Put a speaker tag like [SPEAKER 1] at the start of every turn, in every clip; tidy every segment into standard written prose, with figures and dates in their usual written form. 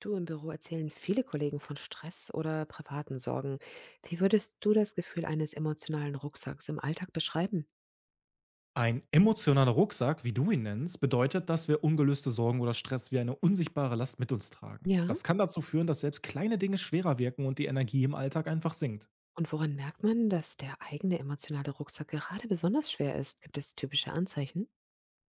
[SPEAKER 1] Du im Büro erzählen viele Kollegen von Stress oder privaten Sorgen. Wie würdest du das Gefühl eines emotionalen Rucksacks im Alltag beschreiben?
[SPEAKER 2] Ein emotionaler Rucksack, wie du ihn nennst, bedeutet, dass wir ungelöste Sorgen oder Stress wie eine unsichtbare Last mit uns tragen.
[SPEAKER 1] Ja.
[SPEAKER 2] Das kann dazu führen, dass selbst kleine Dinge schwerer wirken und die Energie im Alltag einfach sinkt.
[SPEAKER 1] Und woran merkt man, dass der eigene emotionale Rucksack gerade besonders schwer ist? Gibt es typische Anzeichen?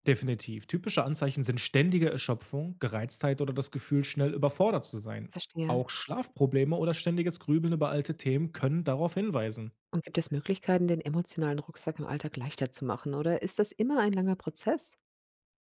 [SPEAKER 2] Definitiv. Typische Anzeichen sind ständige Erschöpfung, Gereiztheit oder das Gefühl, schnell überfordert zu sein.
[SPEAKER 1] Verstehe.
[SPEAKER 2] Auch Schlafprobleme oder ständiges Grübeln über alte Themen können darauf hinweisen.
[SPEAKER 1] Und gibt es Möglichkeiten, den emotionalen Rucksack im Alltag leichter zu machen? Oder ist das immer ein langer Prozess?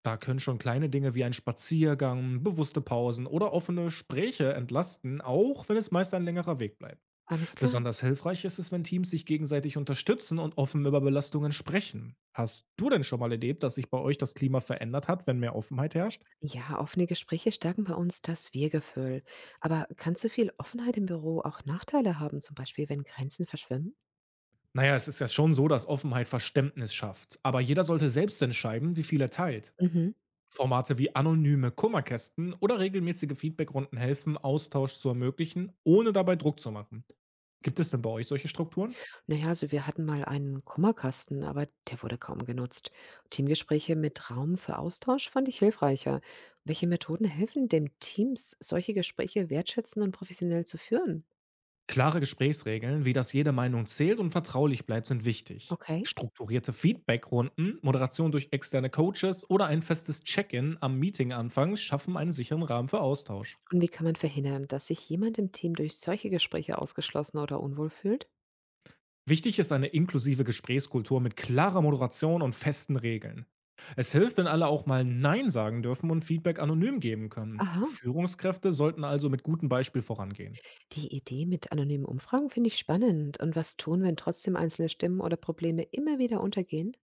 [SPEAKER 2] Da können schon kleine Dinge wie ein Spaziergang, bewusste Pausen oder offene Gespräche entlasten, auch wenn es meist ein längerer Weg bleibt.
[SPEAKER 1] Alles klar.
[SPEAKER 2] Besonders hilfreich ist es, wenn Teams sich gegenseitig unterstützen und offen über Belastungen sprechen. Hast du denn schon mal erlebt, dass sich bei euch das Klima verändert hat, wenn mehr Offenheit herrscht?
[SPEAKER 1] Ja, offene Gespräche stärken bei uns das Wir-Gefühl. Aber kann zu viel Offenheit im Büro auch Nachteile haben, zum Beispiel wenn Grenzen verschwimmen?
[SPEAKER 2] Naja, es ist ja schon so, dass Offenheit Verständnis schafft, aber jeder sollte selbst entscheiden, wie viel er teilt.
[SPEAKER 1] Mhm.
[SPEAKER 2] Formate wie anonyme Kummerkästen oder regelmäßige Feedbackrunden helfen, Austausch zu ermöglichen, ohne dabei Druck zu machen. Gibt es denn bei euch solche Strukturen?
[SPEAKER 1] Naja, ja, also wir hatten mal einen Kummerkasten, aber der wurde kaum genutzt. Teamgespräche mit Raum für Austausch fand ich hilfreicher. Welche Methoden helfen dem Teams, solche Gespräche wertschätzend und professionell zu führen?
[SPEAKER 2] Klare Gesprächsregeln, wie dass jede Meinung zählt und vertraulich bleibt, sind wichtig.
[SPEAKER 1] Okay.
[SPEAKER 2] Strukturierte Feedbackrunden, Moderation durch externe Coaches oder ein festes Check-in am Meetinganfang schaffen einen sicheren Rahmen für Austausch.
[SPEAKER 1] Und wie kann man verhindern, dass sich jemand im Team durch solche Gespräche ausgeschlossen oder unwohl fühlt?
[SPEAKER 2] Wichtig ist eine inklusive Gesprächskultur mit klarer Moderation und festen Regeln. Es hilft, wenn alle auch mal Nein sagen dürfen und Feedback anonym geben können.
[SPEAKER 1] Aha.
[SPEAKER 2] Führungskräfte sollten also mit gutem Beispiel vorangehen.
[SPEAKER 1] Die Idee mit anonymen Umfragen finde ich spannend. Und was tun, wenn trotzdem einzelne Stimmen oder Probleme immer wieder untergehen?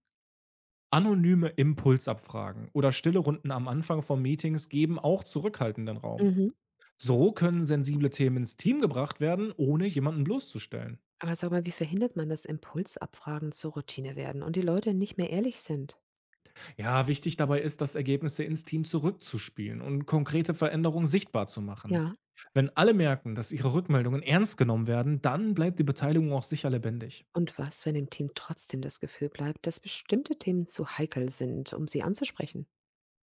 [SPEAKER 2] Anonyme Impulsabfragen oder stille Runden am Anfang von Meetings geben auch zurückhaltenden Raum.
[SPEAKER 1] Mhm.
[SPEAKER 2] So können sensible Themen ins Team gebracht werden, ohne jemanden bloßzustellen.
[SPEAKER 1] Aber sag mal, wie verhindert man, dass Impulsabfragen zur Routine werden und die Leute nicht mehr ehrlich sind?
[SPEAKER 2] Ja, wichtig dabei ist, dass Ergebnisse ins Team zurückzuspielen und konkrete Veränderungen sichtbar zu machen.
[SPEAKER 1] Ja.
[SPEAKER 2] Wenn alle merken, dass ihre Rückmeldungen ernst genommen werden, dann bleibt die Beteiligung auch sicher lebendig.
[SPEAKER 1] Und was, wenn im Team trotzdem das Gefühl bleibt, dass bestimmte Themen zu heikel sind, um sie anzusprechen?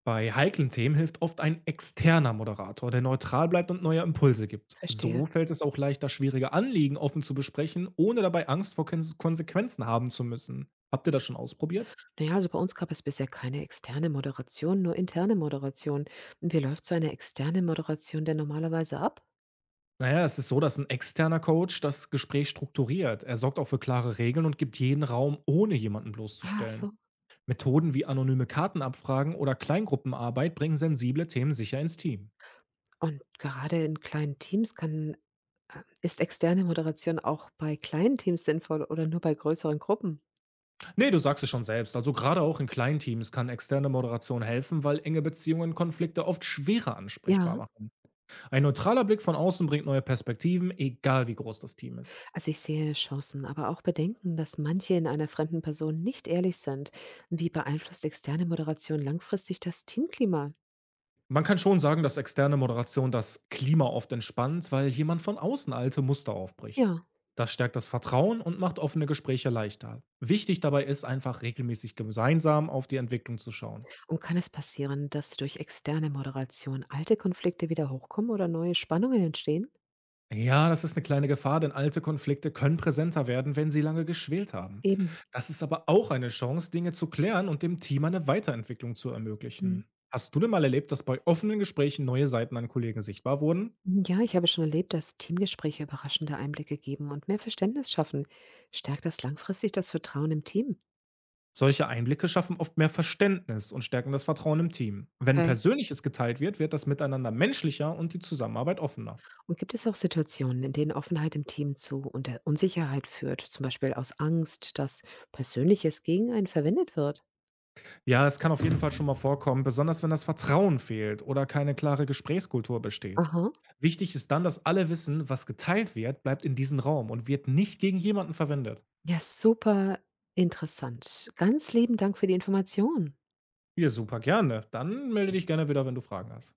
[SPEAKER 2] Bei heiklen Themen hilft oft ein externer Moderator, der neutral bleibt und neue Impulse gibt.
[SPEAKER 1] Verstehe.
[SPEAKER 2] So fällt es auch leichter, schwierige Anliegen offen zu besprechen, ohne dabei Angst vor Konsequenzen haben zu müssen. Habt ihr das schon ausprobiert?
[SPEAKER 1] Naja, also bei uns gab es bisher keine externe Moderation, nur interne Moderation. Und wie läuft so eine externe Moderation denn normalerweise ab?
[SPEAKER 2] Naja, es ist so, dass ein externer Coach das Gespräch strukturiert. Er sorgt auch für klare Regeln und gibt jeden Raum, ohne jemanden
[SPEAKER 1] Ah,
[SPEAKER 2] bloßzustellen.
[SPEAKER 1] so.
[SPEAKER 2] Methoden wie anonyme Kartenabfragen oder Kleingruppenarbeit bringen sensible Themen sicher ins Team.
[SPEAKER 1] Und gerade in kleinen Teams kann, ist externe Moderation auch bei kleinen Teams sinnvoll oder nur bei größeren Gruppen?
[SPEAKER 2] Ne, du sagst es schon selbst. Also gerade auch in kleinen Teams kann externe Moderation helfen, weil enge Beziehungen Konflikte oft schwerer
[SPEAKER 1] Ja.
[SPEAKER 2] ansprechbar machen. Ein neutraler Blick von außen bringt neue Perspektiven, egal wie groß das Team ist.
[SPEAKER 1] Also ich sehe Chancen, aber auch Bedenken, dass manche in einer fremden Person nicht ehrlich sind. Wie beeinflusst externe Moderation langfristig das Teamklima?
[SPEAKER 2] Man kann schon sagen, dass externe Moderation das Klima oft entspannt, weil jemand von außen alte Muster aufbricht.
[SPEAKER 1] Ja,
[SPEAKER 2] Das stärkt das Vertrauen und macht offene Gespräche leichter. Wichtig dabei ist einfach regelmäßig gemeinsam auf die Entwicklung zu schauen.
[SPEAKER 1] und kann es passieren, dass durch externe Moderation alte Konflikte wieder hochkommen oder neue Spannungen entstehen?
[SPEAKER 2] Ja, das ist eine kleine Gefahr, denn alte Konflikte können präsenter werden, wenn sie lange geschwelt haben.
[SPEAKER 1] Eben.
[SPEAKER 2] Das ist aber auch eine Chance, Dinge zu klären und dem Team eine Weiterentwicklung zu
[SPEAKER 1] Hm.
[SPEAKER 2] ermöglichen. Hast du denn mal erlebt, dass bei offenen Gesprächen neue Seiten an Kollegen sichtbar wurden?
[SPEAKER 1] Ja, ich habe schon erlebt, dass Teamgespräche überraschende Einblicke geben und mehr Verständnis schaffen. Stärkt das langfristig das Vertrauen im Team?
[SPEAKER 2] Solche Einblicke schaffen oft mehr Verständnis und stärken das Vertrauen im Team. Wenn
[SPEAKER 1] Okay.
[SPEAKER 2] Persönliches geteilt wird, wird das Miteinander menschlicher und die Zusammenarbeit offener.
[SPEAKER 1] Und gibt es auch Situationen, in denen Offenheit im Team zu unter Unsicherheit führt, zum Beispiel aus Angst, dass Persönliches gegen einen verwendet wird?
[SPEAKER 2] Ja, es kann auf jeden Fall schon mal vorkommen, besonders wenn das Vertrauen fehlt oder keine klare Gesprächskultur besteht.
[SPEAKER 1] Aha.
[SPEAKER 2] Wichtig ist dann, dass alle wissen, was geteilt wird, bleibt in diesem Raum und wird nicht gegen jemanden verwendet.
[SPEAKER 1] Ja, super interessant. Ganz lieben Dank für die Information.
[SPEAKER 2] Ja, super gerne. Dann melde dich gerne wieder, wenn du Fragen hast.